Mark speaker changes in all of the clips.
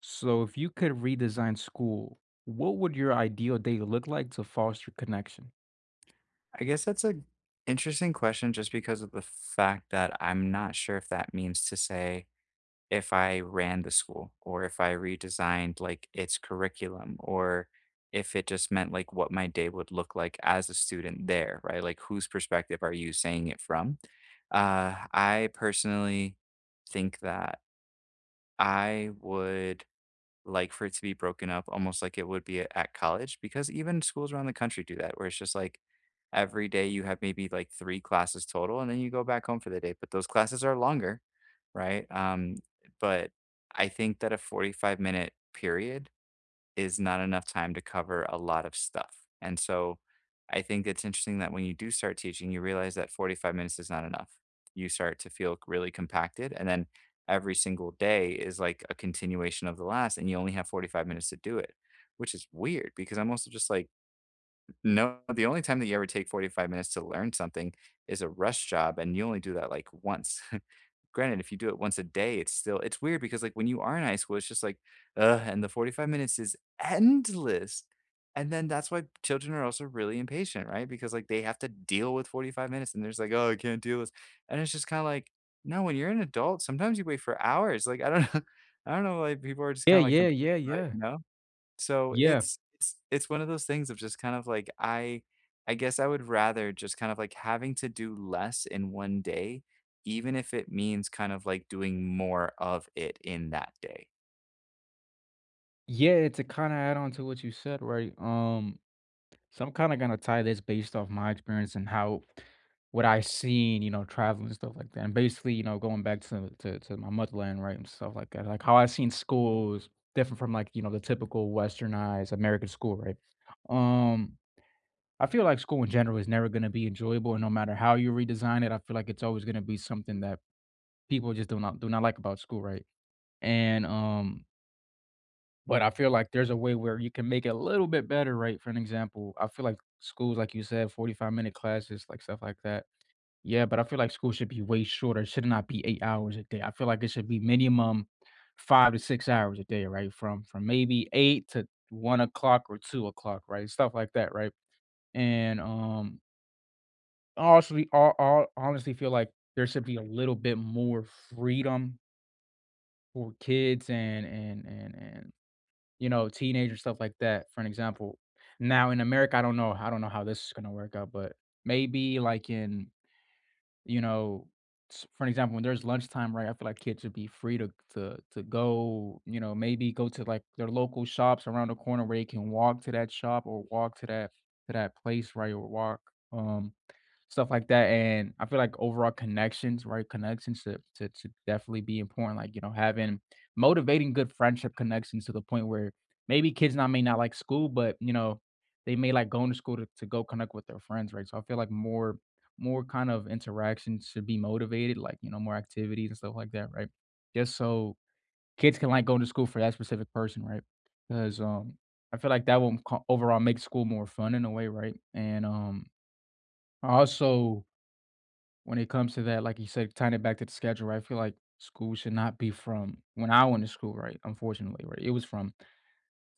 Speaker 1: So, if you could redesign school, what would your ideal day look like to foster connection?
Speaker 2: I guess that's a interesting question just because of the fact that I'm not sure if that means to say if I ran the school or if I redesigned like its curriculum or if it just meant like what my day would look like as a student there, right? Like whose perspective are you saying it from? I personally think that I would like for it to be broken up almost like it would be at college because even schools around the country do that where it's just like every day you have maybe like three classes total and then you go back home for the day but those classes are longer, right. But I think that a 45-minute period is not enough time to cover a lot of stuff. And so I think it's interesting that when you do start teaching, you realize that 45 minutes is not enough. You start to feel really compacted. And then every single day is like a continuation of the last, and you only have 45 minutes to do it, which is weird because I'm also just like, no, the only time that you ever take 45 minutes to learn something is a rush job, and you only do that like once. Granted, if you do it once a day, it's still it's weird because, like, when you are in high school, it's just like, "Ugh," and the 45 minutes is endless. And then that's why children are also really impatient, right? Because, like, they have to deal with 45 minutes and they're just like, "Oh, I can't deal with" this. And it's just kinda like, no, when you're an adult, sometimes you wait for hours. Like, I don't know. I don't know why people are just
Speaker 1: Yeah,
Speaker 2: kinda, like,
Speaker 1: yeah, yeah,
Speaker 2: complaining about it,
Speaker 1: yeah.
Speaker 2: you know? So
Speaker 1: Yeah.
Speaker 2: it's one of those things of just kind of like I guess I would rather just kind of like having to do less in one day, even if it means kind of like doing more of it in that day.
Speaker 1: Yeah, to kind of add on to what you said, right? So I'm kind of gonna tie this based off my experience and how what I seen, you know, traveling and stuff like that. And basically, you know, going back to my motherland, right, and stuff like that. Like how I seen schools different from like, you know, the typical westernized American school, right? Um I feel like school in general is never gonna be enjoyable, and no matter how you redesign it, I feel like it's always gonna be something that people just do not like about school, right? And but I feel like there's a way where you can make it a little bit better, right? For an example, I feel like schools, like you said, 45-minute minute classes, like stuff like that. Yeah, but I feel like school should be way shorter. It should not be 8 hours a day. I feel like it should be minimum 5 to 6 hours a day, right? From maybe 8 to 1 o'clock or 2 o'clock, right? Stuff like that, right? And Honestly, I honestly feel like there should be a little bit more freedom for kids and you know, teenagers, stuff like that. For an example, now in America, I don't know how this is gonna work out, but maybe like in, you know, s for an example, when there's lunchtime, right, I feel like kids should be free to go, you know, maybe go to, like, their local shops around the corner where they can walk to that shop or walk to that place, right, or walk, um Stuff like that, and I feel like overall connections, right, connections to definitely be important, like, you know, having motivating good friendship connections to the point where maybe kids not may not like school, but, you know, they may like going to school to go connect with their friends, right? So I feel like more kind of interactions should be motivated, like, you know, more activities and stuff like that, right? Just so kids can, like, go to school for that specific person, right? Because I feel like that will co overall make school more fun in a way, right? I also when it comes to that, like you said, tying it back to the schedule, right? I feel like school should not be from when I went to school, right? Unfortunately, right? It was from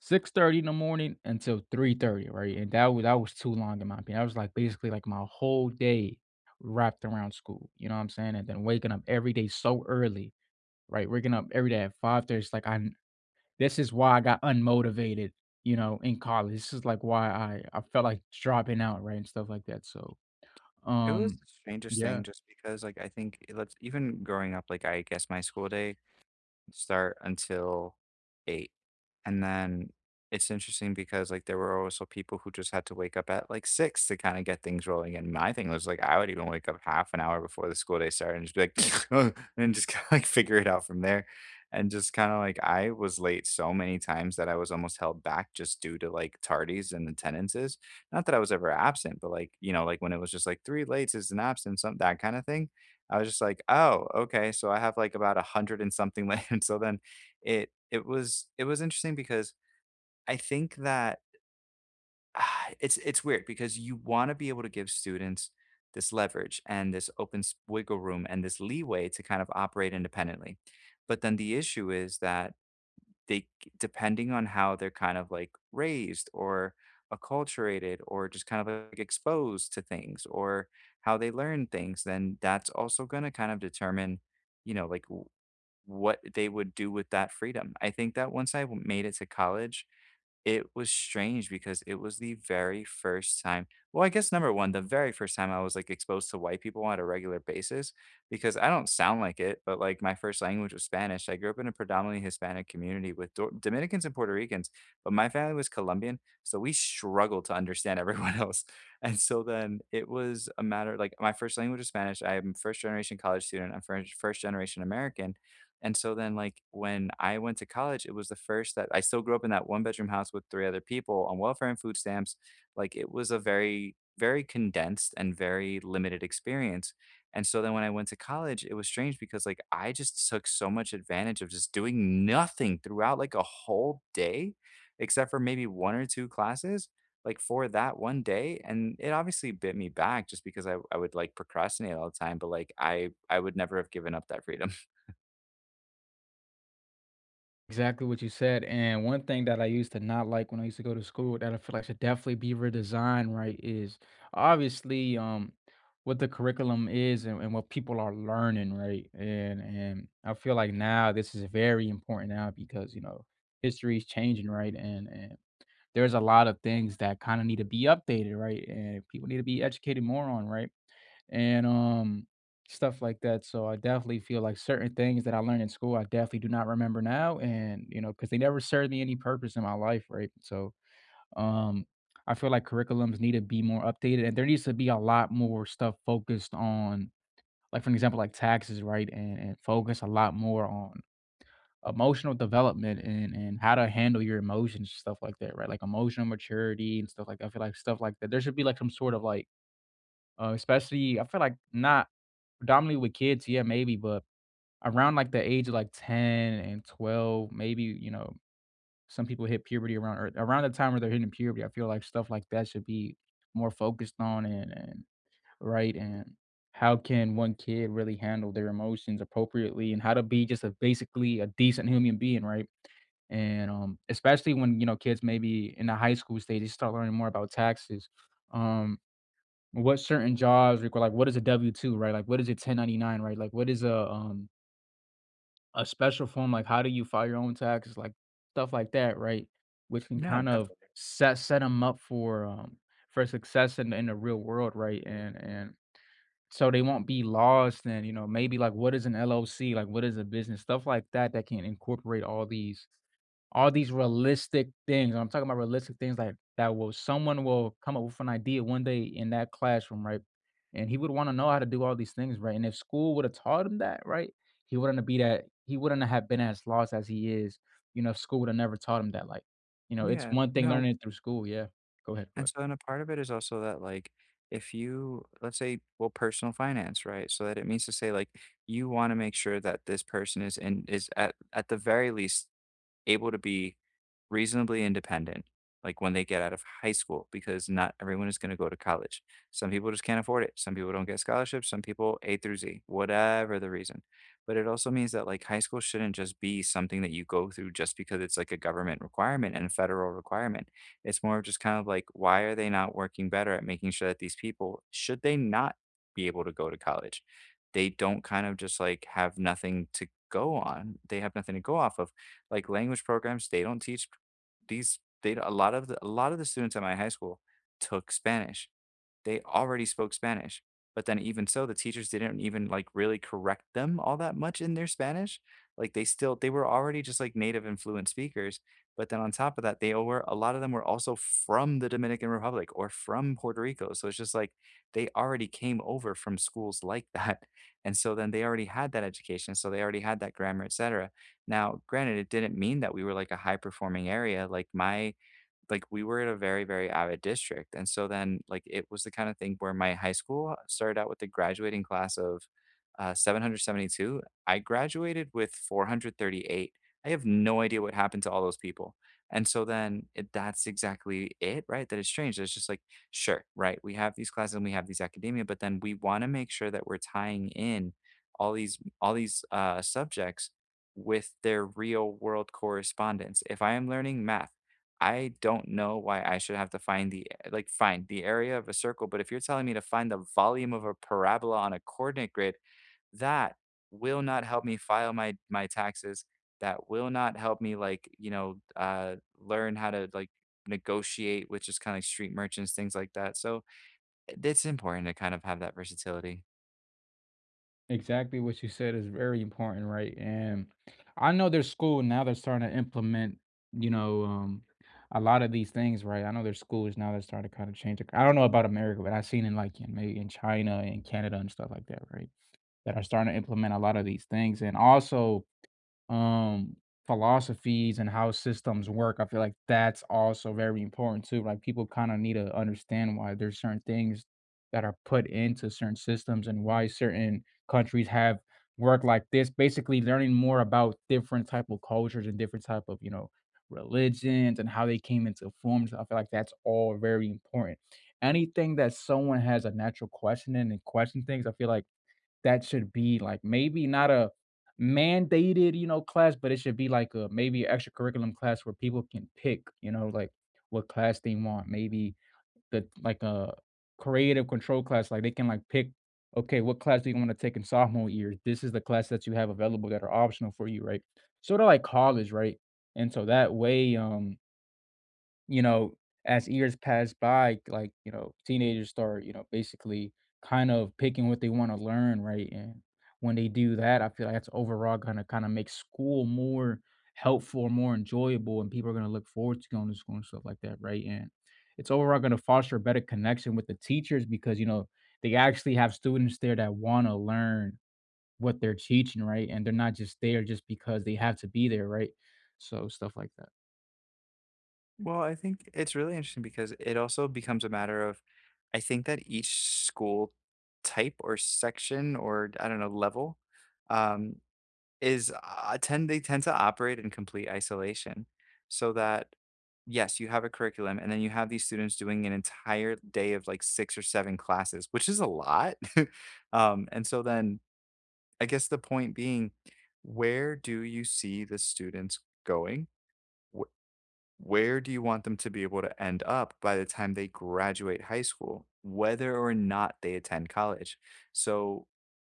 Speaker 1: 6:30 in the morning until 3:30, right? And that was too long in my opinion. That was like basically like my whole day wrapped around school. You know what I'm saying? And then waking up every day so early, right? Waking up every day at 5:30. This is why I got unmotivated, you know, in college. This is like why I felt like dropping out, right? And stuff like that. So
Speaker 2: It was
Speaker 1: um
Speaker 2: the strangest thing
Speaker 1: yeah.
Speaker 2: just because like I think let's even growing up, like I guess my school day start until 8. And then it's interesting because, like, there were also people who just had to wake up at, like, 6 to kinda get things rolling, and my thing was, like, I would even wake up half an hour before the school day started and just be like, and just kinda, like, figure it out from there. And just kinda, like, I was late so many times that I was almost held back just due to, like, tardies and attendances. Not that I was ever absent, but, like, you know, like, when it was just, like, 3 lates is an absence, some that kinda thing. I was just like, "Oh, okay, so I have, like, about 100 and something land." So then it was interesting because I think that it's weird because you wanna be able to give students this leverage and this open s wiggle room and this leeway to kind of operate independently. But then the issue is that they depending on how they're kind of, like, raised or acculturated or just kind of, like, exposed to things or how they learn things, then that's also gonna kind of determine, like, w what they would do with that freedom. I think that once I w made it to college, it was strange because it was the very first time well, I guess number 1, the very first time I was, like, exposed to white people on a regular basis because I don't sound like it, but, like, my first language was Spanish. I grew up in a predominantly Hispanic community with Dor Dominicans and Puerto Ricans, but my family was Colombian, so we struggled to understand everyone else, and so then it was a matter like, my first language was Spanish. I am first generation college student. I'm first generation American, and so then, like, when I went to college, it was the first that I still grew up in that one bedroom house with three other people on welfare and food stamps. Like, it was a very, very condensed and very limited experience. And so then when I went to college, it was strange because, like, I just took so much advantage of just doing nothing throughout like a whole day, except for maybe one or two classes, like, for that one day. And it obviously bit me back just because I would like procrastinate all the time, but like, I would never have given up that freedom.
Speaker 1: Exactly what you said, and one thing that I used to not like when I used to go to school that I feel like should definitely be redesigned, right, is obviously, what the curriculum is and what people are learning, right? And I feel like now this is very important now because, you know, history is changing, right? And there's a lot of things that kinda need to be updated, right? And people need to be educated more on, right? And stuff like that. So I definitely feel like certain things that I learned in school, I definitely do not remember now, and you know, because they never served me any purpose in my life, right? So um, I feel like curriculums need to be more updated, and there needs to be a lot more stuff focused on, like for example, like taxes, right? And focus a lot more on emotional development and how to handle your emotions stuff like that right like emotional maturity and stuff like that. I feel like stuff like that there should be like some sort of like especially I feel like not predominantly with kids, yeah, maybe, but around, like, the age of, like, 10 and 12, maybe, you know, some people hit puberty around or around the time where they're hitting puberty, I feel like stuff like that should be more focused on and and how can one kid really handle their emotions appropriately and how to be just a basically a decent human being, right? And, especially when, you know, kids maybe in the high school stage, they start learning more about taxes, um what certain jobs require like, what is a W-2, right? Like, what is a 1099, right? Like, what is a special form? Like, how do you file your own taxes? Like, stuff like that, right? Which can
Speaker 2: No,
Speaker 1: kind of
Speaker 2: definitely.
Speaker 1: set them up for success in the real world, right? And so they won't be lost and, you know, maybe, like, what is an LLC? Like, what is a business? Stuff like that that can incorporate all these realistic things, I'm talking about realistic things like that will someone will come up with an idea one day in that classroom, right? And he would wanna know how to do all these things, right? And if school would have taught him that, right, he wouldn't be that he wouldn't have been as lost as he is, you know, if school would have never taught him that, like, you know, it's
Speaker 2: Yeah,
Speaker 1: one thing
Speaker 2: no,
Speaker 1: learning it through school, yeah. Go ahead, go
Speaker 2: and
Speaker 1: ahead.
Speaker 2: so and a part of it is also that, like, if you let's say, well, personal finance, right? So that it means to say, like, you wanna make sure that this person is at the very least able to be reasonably independent, like, when they get out of high school, because not everyone is gonna go to college. Some people just can't afford it. Some people don't get scholarships, some people A through Z, whatever the reason. But it also means that, like, high school shouldn't just be something that you go through just because it's, like, a government requirement and a federal requirement. It's more of just kind of like, why are they not working better at making sure that these people should they not be able to go to college, they don't kind of just, like, have nothing to go on. They have nothing to go off of. Like, language programs, they don't teach these they a lot of the students at my high school took Spanish. They already spoke Spanish, but then even so, the teachers didn't even, like, really correct them all that much in their Spanish. Like, they were already just, like, native and fluent speakers, but then on top of that, they were a lot of them were also from the Dominican Republic or from Puerto Rico, so it's just like they already came over from schools like that, and so then they already had that education, so they already had that grammar, etcetera. Now, granted, it didn't mean that we were, like, a high performing area, like, we were in a very, very avid district, and so then, like, it was the kind of thing where my high school started out with a graduating class of 772. I graduated with 438. I have no idea what happened to all those people, and so then it that's exactly it, right? That it's strange. It's just like, sure, right, we have these classes and we have these academia, but then we wanna make sure that we're tying in all these subjects with their real world correspondence. If I am learning math I don't know why I should have to find the area of a circle, but if you're telling me to find the volume of a parabola on a coordinate grid, that will not help me file my taxes. That will not help me like, learn how to like negotiate with just kind of like street merchants, things like that. So it's important to kind of have that versatility.
Speaker 1: Exactly what you said is very important, right? And I know there's school now they're starting to implement, you know, a lot of these things, right? I know there's schools now that starting to kind of change. It. I don't know about America, but I've seen in like in maybe in China and Canada and stuff like that, right? That are starting to implement a lot of these things. And also um philosophies and how systems work. I feel like that's also very important too. Like people kind of need to understand why there's certain things that are put into certain systems and why certain countries have work like this. Basically learning more about different type of cultures and different type of, you know, religions and how they came into forms. I feel like that's all very important. Anything that someone has a natural question in and question things, I feel like that should be like maybe not a mandated, you know, class, but it should be like a maybe extracurriculum class where people can pick, you know, like what class they want. Maybe the like a creative control class, like they can like pick, okay, what class do you want to take in sophomore year? This is the class that you have available that are optional for you, right? Sort of like college, right? And so that way, you know, as years pass by, like, you know, teenagers start, you know, basically kind of picking what they wanna learn, right? And when they do that, I feel like that's overall gonna kinda make school more helpful, more enjoyable, and people are gonna look forward to going to school and stuff like that, right? And it's overall gonna foster a better connection with the teachers because, you know, they actually have students there that wanna learn what they're teaching, right? And they're not just there just because they have to be there, right? So, stuff like that.
Speaker 2: Well, I think it's really interesting because it also becomes a matter of, I think that each school type or section or I don't know level um, is tend they tend to operate in complete isolation, so that yes, you have a curriculum, and then you have these students doing an entire day of like six or seven classes, which is a lot. And so then I guess the point being, where do you see the students going? Where do you want them to be able to end up by the time they graduate high school, whether or not they attend college? So,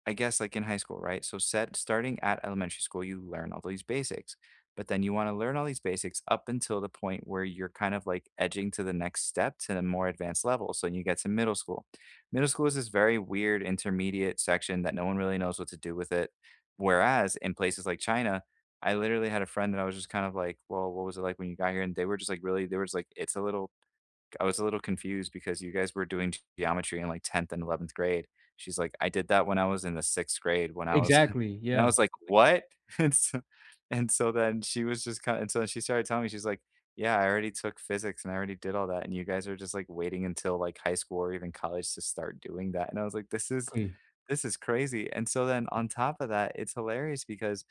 Speaker 2: I guess, like, in high school, right? So set starting at elementary school, you learn all these basics, but then you wanna learn all these basics up until the point where you're kind of, like, edging to the next step to the more advanced level, so you get to middle school. Middle school is this very weird intermediate section that no one really knows what to do with it, whereas in places like China, I literally had a friend that I was just kind of like, "Well, what was it like when you got here?" And they were just like, "It's a little like, I was a little confused because you guys were doing geometry in, like, 10th and 11th grade. She's like, "I did that when I was in the 6th grade, when I was"
Speaker 1: Exactly,
Speaker 2: and I
Speaker 1: yeah.
Speaker 2: was like, "What?" And so and so then she was just kinda and so she started telling me, she's like, "Yeah, I already took physics, and I already did all that, and you guys are just, like, waiting until, like, high school or even college to start doing that." And I was like, "This is crazy." And so then on top of that, it's hilarious because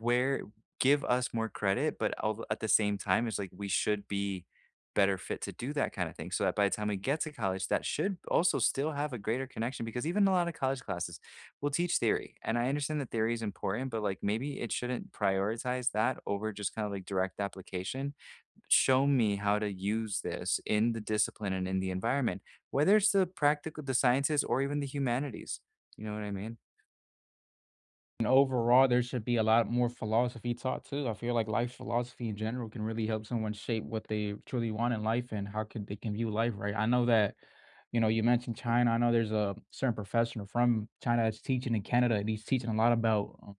Speaker 2: where give us more credit, but al at the same time, it's like we should be better fit to do that kinda thing so that by the time we get to college, that should also still have a greater connection because even a lot of college classes will teach theory, and I understand that theory is important, but, like, maybe it shouldn't prioritize that over just kinda, like, direct application. Show me how to use this in the discipline and in the environment, whether it's the sciences or even the humanities. You know what I mean?
Speaker 1: And overall, there should be a lot more philosophy taught too. I feel like life philosophy in general can really help someone shape what they truly want in life and how could they can view life, right? I know that, you know, you mentioned China. I know there's a certain professional from China that's teaching in Canada, and he's teaching a lot about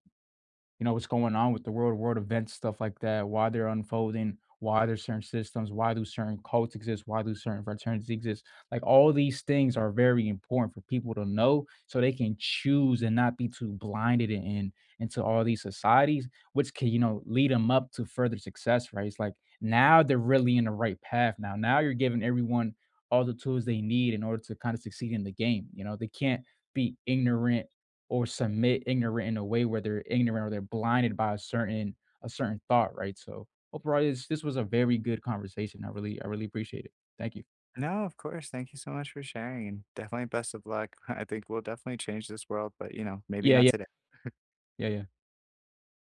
Speaker 1: you know, what's going on with the world, world events, stuff like that, why they're unfolding, why there's certain systems, why do certain cults exist, why do certain fraternities exist. Like all these things are very important for people to know so they can choose and not be too blinded in into all these societies, which can, you know, lead them up to further success, right? It's like now they're really in the right path now. Now you're giving everyone all the tools they need in order to kind of succeed in the game. You know, they can't be ignorant or submit ignorant in a way where they're ignorant or they're blinded by a certain thought, right? So overall, this was a very good conversation. I really appreciate it. Thank you.
Speaker 2: No, of course. Thank you so much for sharing, and definitely best of luck. I think we'll definitely change this world, but, maybe
Speaker 1: Yeah,
Speaker 2: not
Speaker 1: yeah,
Speaker 2: today.
Speaker 1: yeah, yeah.